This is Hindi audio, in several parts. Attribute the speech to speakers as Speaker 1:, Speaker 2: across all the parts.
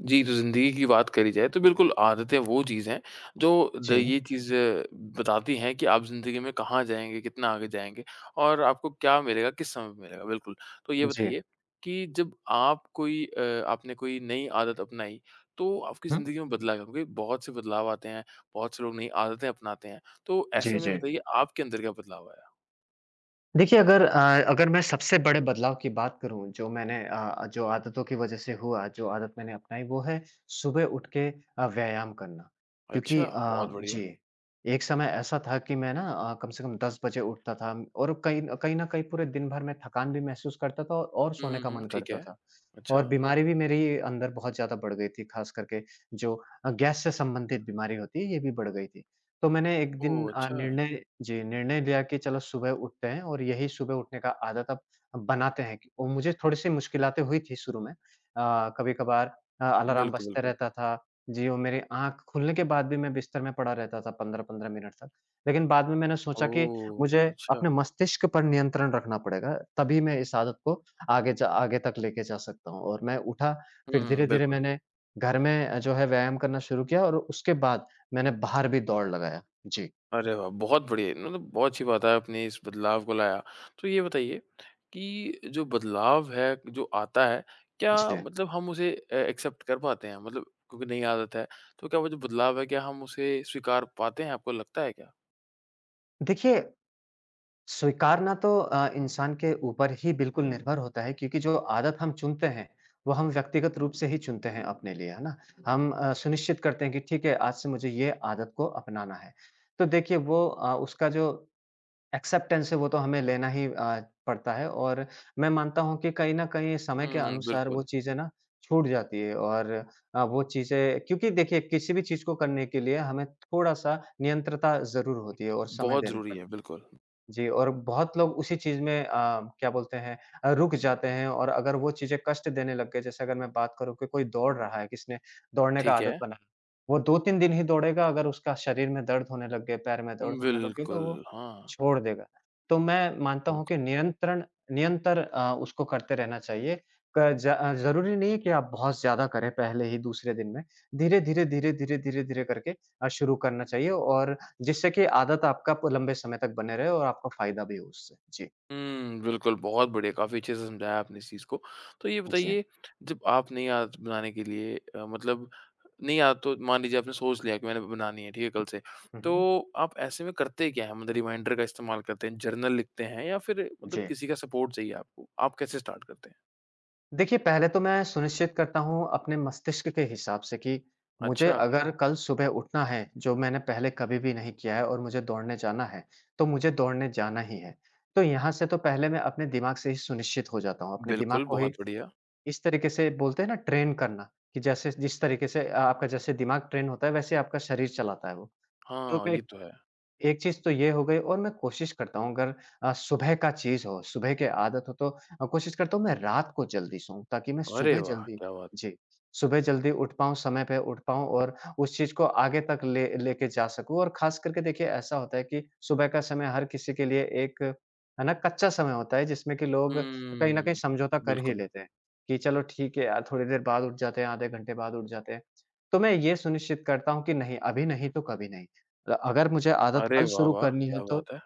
Speaker 1: जी, तो ज़िंदगी की बात करी जाए तो बिल्कुल आदतें वो चीज़ हैं जो द
Speaker 2: जी,
Speaker 1: ये चीज़ बताती हैं कि आप ज़िंदगी में कहाँ जाएँगे, कितना आगे जाएँगे और आपको क्या मिलेगा, किस समय पे मिलेगा, बिल्कुल। तो ये
Speaker 2: जी।
Speaker 1: बताइए कि जब आपने कोई नई आदत अपनाई तो आपकी
Speaker 2: हुँ,
Speaker 1: ज़िंदगी में बदलाव क्या? क्योंकि बहुत से बदलाव आते हैं, बहुत से लोग नई आदतें अपनाते हैं। तो ऐसे
Speaker 2: जी,
Speaker 1: में
Speaker 2: जी।
Speaker 1: बताइए आपके अंदर क्या बदलाव आया?
Speaker 2: देखिए, अगर अगर मैं सबसे बड़े बदलाव की बात करूँ जो जो आदतों की वज़ह से हुआ, जो आदत मैंने अपनाई वो है सुबह उठ के व्यायाम करना। क्योंकि
Speaker 1: अच्छा, बहुत बढ़िया।
Speaker 2: जी, एक समय ऐसा था कि मैं ना कम से कम 10 बजे उठता था और कहीं कहीं न कहीं पूरे दिन भर मैं थकान भी महसूस करता था और
Speaker 1: हुँ,
Speaker 2: सोने
Speaker 1: हुँ,
Speaker 2: का
Speaker 1: हुँ,
Speaker 2: मन
Speaker 1: ठीक
Speaker 2: करता
Speaker 1: है।
Speaker 2: था। और
Speaker 1: अच्छा।
Speaker 2: बीमारी भी मेरी अंदर बहुत ज़्यादा बढ़ गई थी, ख़ास करके जो गैस से संबंधित बीमारी होती है, ये भी बढ़ गई थी। तो मैंने एक दिन
Speaker 1: ओह! अच्छा।
Speaker 2: निर्णय लिया कि चलो सुबह उठते हैं और यही सुबह उठने का आदत अब बनाते हैं कि और मुझे थोड़ी-सी मुश्किलातें हुई थी शुरू में। कभी-कभार अलार्म
Speaker 1: बिल्कुल,
Speaker 2: बजते
Speaker 1: बिल्कुल।
Speaker 2: रहता था, जी, और मेरी आँख खुलने के बाद भी मैं बिस्तर में पड़ा रहता था 15-15 मिनट तक। लेकिन बाद में मैंने सोचा कि मुझे
Speaker 1: ओह! अच्छा।
Speaker 2: अपने मस्तिष्क पर नियंत्रण रखना पड़ेगा, तभी मैं इस आदत को आगे तक लेके जा सकता हूँ और मैं उठा,
Speaker 1: हुँ,
Speaker 2: फिर
Speaker 1: हुँ,
Speaker 2: धीरे-धीरे
Speaker 1: बिल्कुल।
Speaker 2: मैंने घर में जो है व्यायाम करना शुरू किया और उसके बाद मैंने बाहर भी दौड़ लगाया। जी।
Speaker 1: अरे वाह! बहुत बढ़िया, मतलब बहुत अच्छी बात है आपने इस बदलाव को लाया। तो ये बताइए कि जो बदलाव है, जो आता है, क्या
Speaker 2: जी।
Speaker 1: मतलब हम उसे ए एक्सेप्ट कर पाते हैं? मतलब क्योंकि नई आदत है, तो क्या वो जो बदलाव है, क्या हम उसे स्वीकार पाते हैं, आपको लगता है क्या?
Speaker 2: देखिए, स्वीकारना तो इंसान के ऊपर ही बिल्कुल निर्भर होता है क्योंकि जो आदत हम चुनते हैं, वो हम व्यक्तिगत रूप से ही चुनते हैं अपने लिए, है ना? हम सुनिश्चित करते हैं कि ठीक है, आज से मुझे ये आदत को अपनाना है। तो देखिए, वो उसका जो एक्सेप्टेंस है वो तो हमें लेना ही पड़ता है और मैं मानता हूँ कि कहीं न कहीं समय के
Speaker 1: हुँ,
Speaker 2: अनुसार
Speaker 1: बिल्कुल।
Speaker 2: वो चीज़ें ना छूट जाती है और वो चीज़ें क्योंकि देखिए किसी भी चीज़ को करने के लिए हमें थोड़ा-सा नियंत्रता ज़रूर होती है और समय
Speaker 1: बहुत
Speaker 2: देना
Speaker 1: ज़रूरी
Speaker 2: पड़ता
Speaker 1: है,
Speaker 2: है।
Speaker 1: बिल्कुल।
Speaker 2: जी, और बहुत लोग उसी चीज़ में क्या बोलते हैं, रुक जाते हैं और अगर वो चीज़ें कष्ट देने लग गए, जैसे अगर मैं बात करूँ कि कोई दौड़ रहा है, किसने दौड़ने का
Speaker 1: ठीक
Speaker 2: आदत
Speaker 1: है।
Speaker 2: बनाया, वो 2-3 दिन ही दौड़ेगा, अगर उसका शरीर में दर्द होने लग गए, पैर में दर्द होने लग गए, तो
Speaker 1: बिल्कुल,
Speaker 2: वो
Speaker 1: हाँ।
Speaker 2: छोड़ देगा। तो मैं मानता हूँ कि नियंत्रण उसको करते रहना चाहिए। ज़रूरी नहीं है कि आप बहुत ज़्यादा करें पहले ही दूसरे दिन में। धीरे-धीरे, धीरे-धीरे, धीरे-धीरे करके शुरू करना चाहिए और जिससे कि आदत आपका प लंबे समय तक बने रहे और आपको फ़ायदा भी हो उससे? जी।
Speaker 1: हुँ, बिल्कुल, बहुत बढ़िया, काफ़ी अच्छे से समझाया आपने इस चीज़ को। तो ये
Speaker 2: जी।
Speaker 1: बताइए, जब आप नई आदत बनाने के लिए नई आदत तो मान लीजिए आपने सोच लिया कि मैंने बनानी है, ठीक है, कल से।
Speaker 2: हुँ, हुँ।
Speaker 1: तो आप ऐसे में करते क्या हैं? मतलब रिमाइंडर का इस्तेमाल करते हैं, जर्नल लिखते हैं या फिर मतलब
Speaker 2: जी।
Speaker 1: किसी का सपोर्ट चाहिए आपको? आप कैसे स्टार्ट करते हैं?
Speaker 2: देखिए, पहले तो मैं सुनिश्चित करता हूँ अपने मस्तिष्क के हिसाब से कि मुझे
Speaker 1: अच्छा,
Speaker 2: अगर कल सुबह उठना है, जो मैंने पहले कभी भी नहीं किया है और मुझे दौड़ने जाना है, तो मुझे दौड़ने जाना ही है। तो यहाँ से तो पहले मैं अपने दिमाग से ही सुनिश्चित हो जाता हूँ, अपने
Speaker 1: बिल्कुल,
Speaker 2: दिमाग को ही
Speaker 1: बहुत बढ़िया।
Speaker 2: इस तरीके से बोलते हैं ना ट्रेन करना कि जैसे जिस तरीके से आपका जैसे दिमाग ट्रेन होता है, वैसे आपका शरीर चलाता है वो। तो
Speaker 1: हाँ,
Speaker 2: मैं
Speaker 1: ये तो है।
Speaker 2: एक चीज़ तो ये हो गई और मैं कोशिश करता हूँ अगर सुबह का चीज़ हो, सुबह की आदत हो तो कोशिश करता हूँ मैं रात को जल्दी सोऊँ ताकि मैं
Speaker 1: अरे वाह! क्या बात
Speaker 2: जी, सुबह जल्दी उठ पाऊँ, समय पे उठ पाऊँ और उस चीज़ को आगे तक ले लेके जा सकूँ और ख़ास करके देखिए ऐसा होता है कि सुबह का समय हर किसी के लिए एक है ना कच्चा समय होता है जिसमें कि लोग कहीं न कहीं
Speaker 1: हुँ,
Speaker 2: समझौता कर ही
Speaker 1: बिल्कुल।
Speaker 2: लेते हैं, कि चलो ठीक है यार थोड़ी देर बाद उठ जाते हैं, आधे घंटे बाद उठ जाते हैं। तो मैं ये सुनिश्चित करता हूँ कि नहीं अभी नहीं तो कभी नहीं। अगर मुझे आदत
Speaker 1: अरे
Speaker 2: कल
Speaker 1: वाह,
Speaker 2: शुरू
Speaker 1: वाह!
Speaker 2: करनी है
Speaker 1: क्या
Speaker 2: तो
Speaker 1: बात है।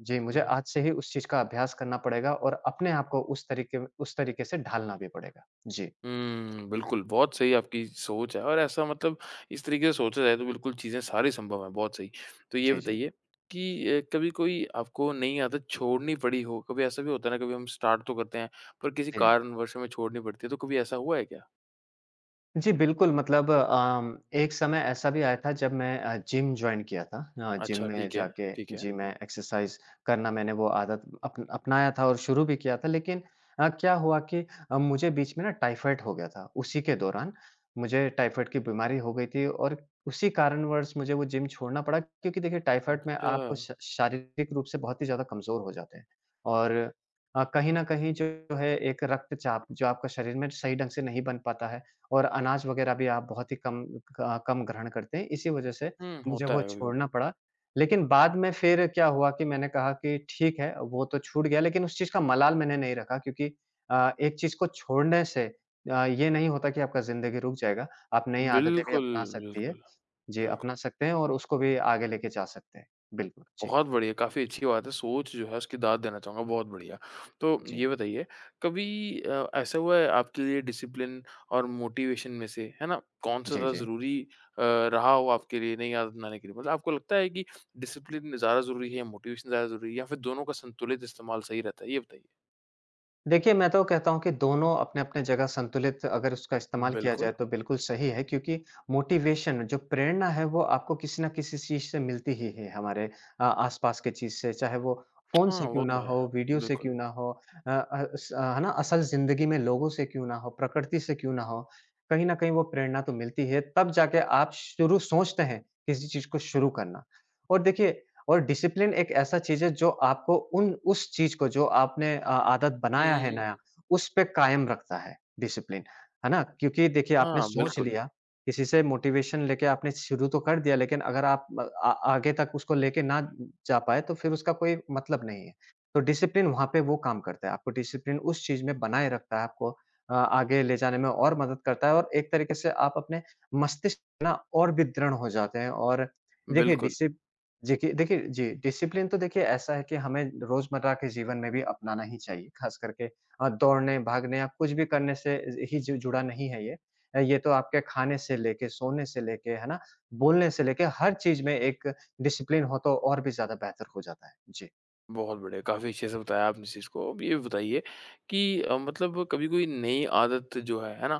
Speaker 2: जी,
Speaker 1: हुँ,
Speaker 2: मुझे
Speaker 1: हुँ।
Speaker 2: आज से ही उस चीज़ का अभ्यास करना पड़ेगा और अपने आप को उस तरीके से ढालना भी पड़ेगा। जी।
Speaker 1: हुँ, बिल्कुल, बहुत सही आपकी सोच है और ऐसा मतलब इस तरीके से सोचा जाए तो बिल्कुल चीज़ें सारी संभव हैं, बहुत सही। तो ये
Speaker 2: जी, जी।
Speaker 1: बताइए कि कभी कोई आपको नई आदत छोड़नी पड़ी हो? कभी ऐसा भी होता है ना कभी हम स्टार्ट तो करते हैं, पर किसी
Speaker 2: जी।
Speaker 1: कारणवश हमें छोड़नी पड़ती है, तो कभी ऐसा हुआ है क्या?
Speaker 2: जी, बिल्कुल, मतलब एक समय ऐसा भी आया था जब मैं जिम जॉइन किया था। जिम
Speaker 1: अच्छा,
Speaker 2: में
Speaker 1: ठीक है,
Speaker 2: जाके
Speaker 1: ठीक है।
Speaker 2: जी, मैं एक्सरसाइज़ करना मैंने वो आदत अप अपनाया था और शुरू भी किया था। लेकिन क्या हुआ कि मुझे बीच में ना टाइफाइड हो गया था। उसी के दौरान मुझे टाइफाइड की बीमारी हो गई थी और उसी कारणवश मुझे वो जिम छोड़ना पड़ा क्योंकि देखिए टाइफाइड में
Speaker 1: अच्छा,
Speaker 2: आप श शारीरिक रूप से बहुत ही ज़्यादा कमज़ोर हो जाते हैं। और कहीं न कहीं जो है एक रक्तचाप जो आपका शरीर में सही ढंग से नहीं बन पाता है। और अनाज वगैरह भी आप बहुत ही कम ग्रहण करते हैं, इसी वजह से
Speaker 1: हुँ,
Speaker 2: मुझे
Speaker 1: होता
Speaker 2: वो
Speaker 1: है कभी-कभी।
Speaker 2: छोड़ना पड़ा। लेकिन बाद में फिर क्या हुआ कि मैंने कहा कि ठीक है, वो तो छूट गया लेकिन उस चीज़ का मलाल मैंने नहीं रखा क्योंकि एक चीज़ को छोड़ने से ये नहीं होता कि आपका ज़िंदगी रुक जाएगा, आप नई आदतें भी
Speaker 1: बिल्कुल,
Speaker 2: अपना सकती है।
Speaker 1: बिल्कुल,
Speaker 2: जी,
Speaker 1: बिल्कुल।
Speaker 2: अपना सकते हैं और उसको भी आगे लेके जा सकते हैं। बिल्कुल, जी।
Speaker 1: बहुत बढ़िया, काफ़ी अच्छी बात है, सोच जो है उसकी दाद देना चाहूँगा, बहुत बढ़िया। तो
Speaker 2: जी।
Speaker 1: ये बताइए कभी ऐसा हुआ है आपके लिए डिसिप्लिन और मोटिवेशन में से, है ना, कौन-सा
Speaker 2: जी,
Speaker 1: ज़्यादा
Speaker 2: जी।
Speaker 1: ज़रूरी रहा हो आपके लिए नई आदत बनाने के लिए? मतलब आपको लगता है कि डिसिप्लिन ज़्यादा ज़रूरी है, मोटिवेशन ज़्यादा ज़रूरी है या फिर दोनों का संतुलित इस्तेमाल सही रहता है? ये बताइए।
Speaker 2: देखिए, मैं तो कहता हूँ कि दोनों अपने-अपने जगह संतुलित अगर उसका इस्तेमाल किया
Speaker 1: बिल्कुल।
Speaker 2: जाए तो बिल्कुल सही है क्योंकि मोटिवेशन जो प्रेरणा है वो आपको किसी न किसी चीज़ से मिलती ही है हमारे आस-पास के चीज़ से, चाहे वो फ़ोन
Speaker 1: हाँ,
Speaker 2: से क्यों
Speaker 1: वो
Speaker 2: ना
Speaker 1: तो है,
Speaker 2: हो, वीडियो से
Speaker 1: बिल्कुल।
Speaker 2: क्यों ना हो, है ना? असल ज़िंदगी में लोगों से क्यों ना हो, प्रकृति से क्यों ना हो, कहीं न कहीं वो प्रेरणा तो मिलती है, तब जाके आप शुरू सोचते हैं किसी चीज़ को शुरू करना। और देखिए, और डिसिप्लिन एक ऐसा चीज़ है जो आपको उन उस चीज़ को जो आपने आदत
Speaker 1: हुँ,
Speaker 2: बनाया
Speaker 1: हुँ,
Speaker 2: है नया,
Speaker 1: हुँ।
Speaker 2: उस पे कायम रखता है डिसिप्लिन, है ना? क्योंकि देखिए आपने
Speaker 1: हाँ,
Speaker 2: सोच
Speaker 1: बिल्कुल,
Speaker 2: लिया, किसी से मोटिवेशन लेके आपने शुरू तो कर दिया लेकिन अगर आप अ, आ आगे तक उसको लेके ना जा पाए तो फिर उसका कोई मतलब नहीं है। तो डिसिप्लिन वहाँ पे वो काम करता है, आपको डिसिप्लिन उस चीज़ में बनाए रखता है, आपको आगे ले जाने में और मदद करता है और एक तरीके से आप अपने मस्तिष्क ना और भी दृढ़ हो जाते हैं और देखिए
Speaker 1: बिल्कुल।
Speaker 2: डिसि देखिए देखिए जी, डिसिप्लिन तो देखिए ऐसा है कि हमें रोज़मर्रा के जीवन में भी अपनाना ही चाहिए, ख़ास करके दौड़ने, भागने या कुछ भी करने से ही जु जुड़ा नहीं है ये। ये तो आपके खाने से लेके, सोने से लेके, है ना? बोलने से लेके हर चीज़ में एक डिसिप्लिन हो तो और भी ज़्यादा बेहतर हो जाता है। जी।
Speaker 1: बहुत बढ़िया, काफ़ी अच्छे से बताया आपने इस चीज़ को। अब ये बताइए कि कभी कोई नई आदत जो है ना?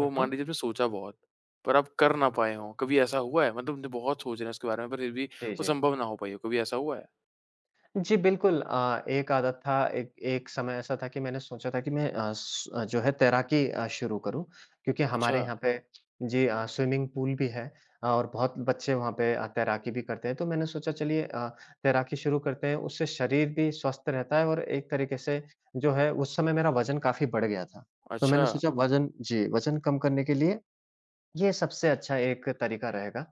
Speaker 2: हुँ,
Speaker 1: मान
Speaker 2: हुँ।
Speaker 1: लीजिए आपने सोचा बहुत, पर आप कर ना पाए हों, कभी ऐसा हुआ है? मतलब आपने बहुत सोच रहे हैं उसके बारे में, पर फिर भी
Speaker 2: जी,
Speaker 1: वो
Speaker 2: जी।
Speaker 1: संभव ना हो पाई हो, कभी ऐसा हुआ है?
Speaker 2: जी, बिल्कुल एक समय ऐसा था कि मैंने सोचा था कि मैं जो है तैराकी शुरू करूँ क्योंकि
Speaker 1: अच्छा,
Speaker 2: हमारे यहाँ पे जी स्विमिंग पूल भी है, और बहुत बच्चे वहाँ पे तैराकी भी करते हैं। तो मैंने सोचा चलिए, तैराकी शुरू करते हैं, उससे शरीर भी स्वस्थ रहता है और एक तरीके से जो है उस समय मेरा वज़न काफ़ी बढ़ गया था। तो
Speaker 1: अच्छा।
Speaker 2: मैंने सोचा वज़न कम करने के लिए ये सबसे अच्छा एक तरीका रहेगा।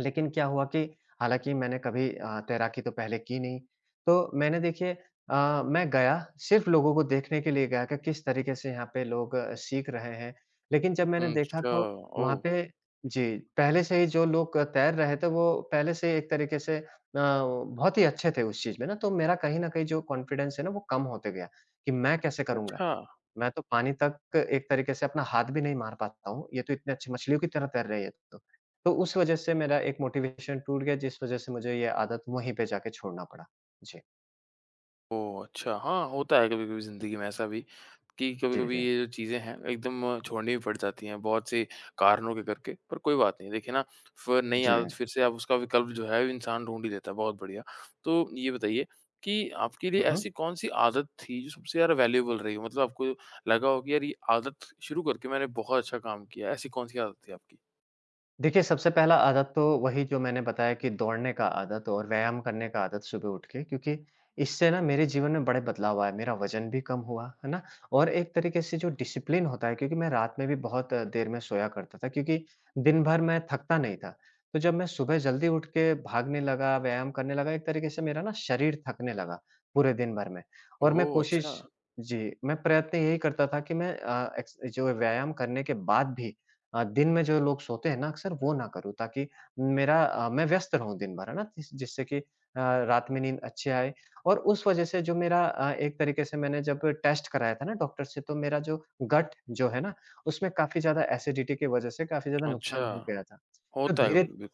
Speaker 2: लेकिन क्या हुआ कि हालाँकि मैंने कभी तैराकी तो पहले की नहीं। तो मैंने देखिए, मैं गया सिर्फ़ लोगों को देखने के लिए गया कि किस तरीके से यहाँ पे लोग सीख रहे हैं। लेकिन जब मैंने देखा
Speaker 1: अच्छा,
Speaker 2: तो वहाँ
Speaker 1: ओह!
Speaker 2: पे जी, पहले से ही जो लोग तैर रहे थे वो पहले से एक तरीके से बहुत ही अच्छे थे उस चीज़ में ना, तो मेरा कहीं न कहीं जो कॉन्फिडेंस है ना वो कम होते गया कि मैं कैसे करूँगा?
Speaker 1: अच्छा।
Speaker 2: मैं तो पानी तक एक तरीके से अपना हाथ भी नहीं मार पाता हूँ। ये तो इतने अच्छी मछलियों की तरह तैर रही है ये तो। तो उस वज़ह से मेरा एक मोटिवेशन टूट गया जिस वज़ह से मुझे ये आदत वहीं पे जाके छोड़ना पड़ा। जी।
Speaker 1: ओह! अच्छा, हाँ, होता है कभी-कभी ज़िंदगी में ऐसा भी कि
Speaker 2: जी,
Speaker 1: कभी-कभी
Speaker 2: जी।
Speaker 1: ये जो चीज़ें हैं एकदम छोड़नी भी पड़ जाती हैं, बहुत से कारणों के करके। पर कोई बात नहीं, देखिए ना फ़िर नई
Speaker 2: जी।
Speaker 1: आदत फ़िर से आप उसका विकल्प जो है इंसान ढूँढ ही लेता है, बहुत बढ़िया। तो ये बताइए कि आपके लिए
Speaker 2: हुँ, हुँ।
Speaker 1: ऐसी कौन-सी आदत थी जो सबसे ज़्यादा वैल्युएबल रही हो? मतलब आपको लगा हो कि यार ये आदत शुरू करके मैंने बहुत अच्छा काम किया, ऐसी कौन-सी आदत थी आपकी?
Speaker 2: देखिए, सबसे पहला आदत तो वही जो मैंने बताया कि दौड़ने का आदत और व्यायाम करने का आदत सुबह उठ के क्योंकि इससे ना मेरे जीवन में बड़े बदलाव आए। मेरा वज़न भी कम हुआ, है ना? और एक तरीके से जो डिसिप्लिन होता है क्योंकि मैं रात में भी बहुत देर में सोया करता था क्योंकि दिन भर मैं थकता नहीं था। तो जब मैं सुबह जल्दी उठ के भागने लगा, व्यायाम करने लगा, एक तरीके से मेरा ना शरीर थकने लगा पूरे दिन भर में। और मैं
Speaker 1: ओह!
Speaker 2: कोशिश
Speaker 1: अच्छा,
Speaker 2: जी, मैं प्रयत्न यही करता था कि मैं अ, एक्स जो व्यायाम करने के बाद भी दिन में जो लोग सोते हैं ना अक्सर वो ना करूँ ताकि मैं व्यस्त रहूँ दिन भर, है ना? जिससे कि रात में नींद अच्छी आए। और उस वजह से जो मेरा एक तरीके से मैंने जब टेस्ट कराया था ना डॉक्टर से तो मेरा जो गट जो है ना, उसमें काफ़ी ज़्यादा एसिडिटी की वजह से काफ़ी ज़्यादा
Speaker 1: अच्छा,
Speaker 2: नुकसान हो गया था। तो
Speaker 1: होता है
Speaker 2: धीरे
Speaker 1: बिल्कुल।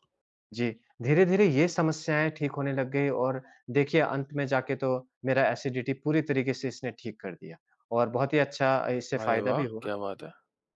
Speaker 2: जी, धीरे-धीरे ये समस्याएँ ठीक होने लग गई। और देखिए अंत में जाके तो मेरा एसिडिटी पूरी तरीके से इसने ठीक कर दिया और बहुत ही अच्छा इससे
Speaker 1: अरे
Speaker 2: फ़ायदा
Speaker 1: वाह!
Speaker 2: भी हुआ।
Speaker 1: क्या बात है।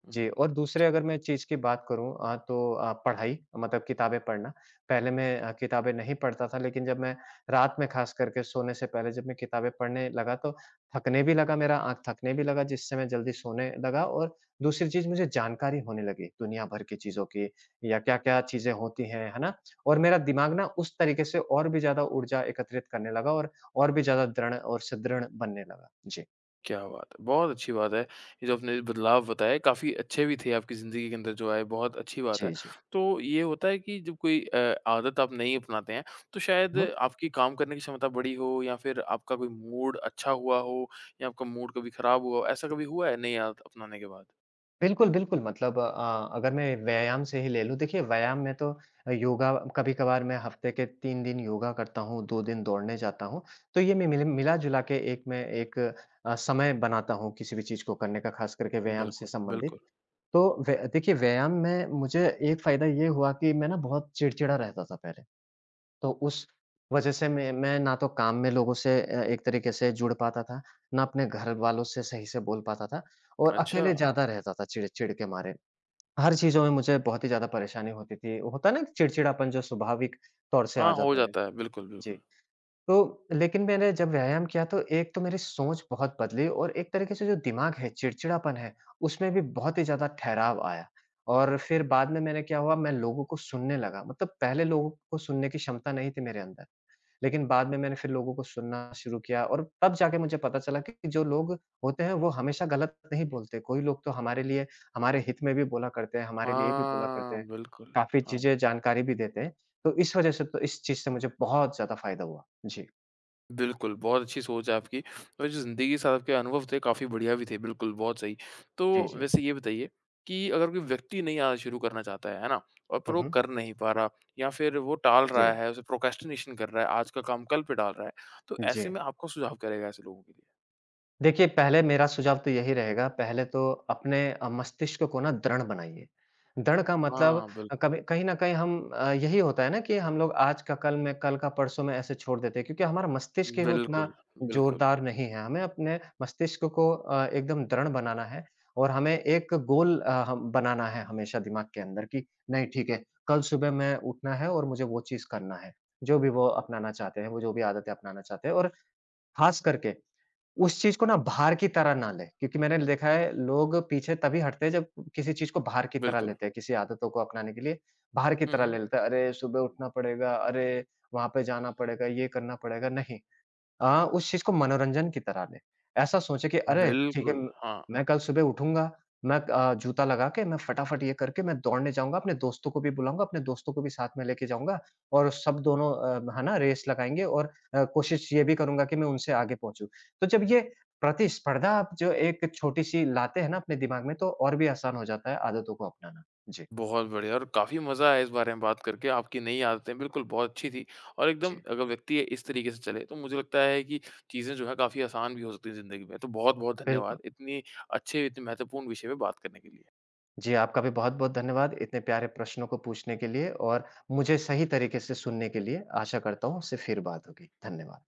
Speaker 1: हुँ,
Speaker 2: जी,
Speaker 1: हुँ।
Speaker 2: और दूसरे अगर मैं चीज़ की बात करूँ तो पढ़ाई मतलब किताबें पढ़ना। पहले मैं किताबें नहीं पढ़ता था, लेकिन जब मैं रात में ख़ास करके सोने से पहले जब मैं किताबें पढ़ने लगा तो थकने भी लगा, मेरा आँख थकने भी लगा जिससे मैं जल्दी सोने लगा। और दूसरी चीज़ मुझे जानकारी होने लगी दुनिया भर की चीज़ों की या क्या-क्या चीज़ें होती हैं, है ना? और मेरा दिमाग ना उस तरीके से और भी ज़्यादा ऊर्जा एकत्रित करने लगा और भी ज़्यादा दृढ़ और सुदृढ़ बनने लगा। जी।
Speaker 1: क्या बात है! बहुत अच्छी बात है, ये जो आपने बदलाव बताए काफ़ी अच्छे भी थे आपकी ज़िंदगी के अंदर जो आए, बहुत अच्छी बात है।
Speaker 2: जी,
Speaker 1: तो ये होता है कि जब कोई आदत आप नहीं अपनाते हैं, तो शायद
Speaker 2: जी।
Speaker 1: आपकी काम करने की क्षमता बड़ी हो या फिर आपका कोई मूड अच्छा हुआ हो या आपका मूड कभी खराब हुआ हो, ऐसा कभी हुआ है नई आदत अपनाने के बाद?
Speaker 2: बिल्कुल, बिल्कुल। मतलब अगर मैं व्यायाम से ही ले लूँ, देखिए व्यायाम में तो योगा कभी-कभार, मैं हफ्ते के 3 दिन योगा करता हूँ, 2 दिन दौड़ने जाता हूँ। तो ये मैं मिला-जुला के एक समय बनाता हूँ किसी भी चीज़ को करने का, खास करके व्यायाम से
Speaker 1: बिल्कुल, बिल्कुल।
Speaker 2: संबंधित। तो व्य देखिए व्यायाम में मुझे एक फ़ायदा ये हुआ कि मैं ना बहुत चिड़चिड़ा रहता था पहले। तो उस वजह से मैं ना तो काम में लोगों से एक तरीके से जुड़ पाता था, ना अपने घर वालों से सही से बोल पाता था और
Speaker 1: अच्छा,
Speaker 2: अकेले ज़्यादा रहता था चिड़चिड़ के मारे। हर चीज़ों में मुझे बहुत ही ज़्यादा परेशानी होती थी। होता है ना कि चिड़चिड़ापन जो स्वाभाविक तौर से आ
Speaker 1: हाँ, हो
Speaker 2: जाता है।
Speaker 1: जाता है। बिल्कुल,
Speaker 2: जी।
Speaker 1: बिल्कुल।
Speaker 2: तो लेकिन मैंने जब व्यायाम किया तो एक तो मेरी सोच बहुत बदली और एक तरीके से जो दिमाग है, चिड़चिड़ापन है, उसमें भी बहुत ही ज़्यादा ठहराव आया। और फिर बाद में मैंने क्या हुआ, मैं लोगों को सुनने लगा। मतलब पहले लोगों को सुनने की क्षमता नहीं थी मेरे अंदर। लेकिन बाद में मैंने फिर लोगों को सुनना शुरू किया और तब जाके मुझे पता चला कि जो लोग होते हैं वो हमेशा गलत नहीं बोलते। कोई लोग तो हमारे लिए हमारे हित में भी बोला करते हैं, हमारे लिए भी बोला करते
Speaker 1: हाँ,
Speaker 2: हैं।
Speaker 1: बिल्कुल।
Speaker 2: काफ़ी
Speaker 1: हाँ।
Speaker 2: चीज़ें जानकारी भी देते हैं। तो इस वज़ह से, तो इस चीज़ से मुझे बहुत ज़्यादा फ़ायदा हुआ। जी।
Speaker 1: बिल्कुल, बहुत अच्छी सोच है आपकी और जो ज़िंदगी के साथ आपके अनुभव थे काफ़ी बढ़िया भी थे, बिल्कुल, बहुत सही।
Speaker 2: जी,
Speaker 1: तो
Speaker 2: जी।
Speaker 1: वैसे ये बताइए कि अगर कोई व्यक्ति नई आदत शुरू करना चाहता है ना? और पर
Speaker 2: हुँ,
Speaker 1: वो
Speaker 2: हुँ।
Speaker 1: कर नहीं पा रहा या फिर वो टाल
Speaker 2: जी।
Speaker 1: रहा है, उसे प्रोक्रेस्टिनेशन कर रहा है, आज का काम कल पे टाल रहा है, तो
Speaker 2: जी।
Speaker 1: ऐसे में आप क्या सुझाव करेगा ऐसे लोगों के लिए?
Speaker 2: देखिए, पहले मेरा सुझाव तो यही रहेगा, पहले तो अपने मस्तिष्क को ना दृढ़ बनाइए। दृढ़ का मतलब
Speaker 1: हाँ, बिल्कुल।
Speaker 2: कभी कहीं न कहीं हम यही होता है ना कि हम लोग आज का कल में, कल का परसों में ऐसे छोड़ देते हैं क्योंकि हमारा मस्तिष्क ही उतना
Speaker 1: बिल्कुल, बिल्कुल,
Speaker 2: जोरदार नहीं है। हमें अपने मस्तिष्क को एकदम दृढ़ बनाना है और हमें एक गोल हम बनाना है हमेशा दिमाग के अंदर कि नहीं ठीक है, कल सुबह मैं उठना है और मुझे वो चीज़ करना है। जो भी वो अपनाना चाहते हैं, वो जो भी आदतें अपनाना चाहते हैं और ख़ास करके उस चीज़ को ना भार की तरह ना लें, क्योंकि मैंने देखा है लोग पीछे तभी हटते हैं जब किसी चीज़ को भार की तरह
Speaker 1: बिल्कुल।
Speaker 2: लेते हैं, किसी आदतों को अपनाने के लिए भार की
Speaker 1: हुँ,
Speaker 2: तरह
Speaker 1: हुँ।
Speaker 2: ले लेते हैं। अरे! सुबह उठना पड़ेगा, अरे! वहाँ पे जाना पड़ेगा, ये करना पड़ेगा। नहीं, उस चीज़ को मनोरंजन की तरह लें। ऐसा सोचें कि अरे! ठीक है,
Speaker 1: बिल्कुल,
Speaker 2: म
Speaker 1: हाँ।
Speaker 2: मैं कल सुबह उठूँगा, मैं जूता लगा के मैं फटाफट ये करके मैं दौड़ने जाऊँगा, अपने दोस्तों को भी बुलाऊँगा, अपने दोस्तों को भी साथ में लेके जाऊँगा और सब दोनों है ना रेस लगाएँगे और कोशिश ये भी करूँगा कि मैं उनसे आगे पहुँचूँ। तो जब ये प्रतिस्पर्धा आप जो एक छोटी-सी लाते हैं ना अपने दिमाग में तो और भी आसान हो जाता है आदतों को अपनाना। जी,
Speaker 1: बहुत बढ़िया और काफ़ी मज़ा आया इस बारे में बात करके। आपकी नई आदतें बिल्कुल बहुत अच्छी थी और एकदम
Speaker 2: जी,
Speaker 1: अगर व्यक्ति इस तरीके से चले तो मुझे लगता है कि चीज़ें जो है काफ़ी आसान भी हो सकती हैं ज़िंदगी में। तो बहुत-बहुत
Speaker 2: बिल्कुल।
Speaker 1: धन्यवाद इतनी अच्छे, इतने महत्वपूर्ण विषय पे बात करने के लिए।
Speaker 2: जी, आपका भी बहुत-बहुत धन्यवाद इतने प्यारे प्रश्नों को पूछने के लिए और मुझे सही तरीके से सुनने के लिए। आशा करता हूँ, उससे फिर बात होगी। धन्यवाद।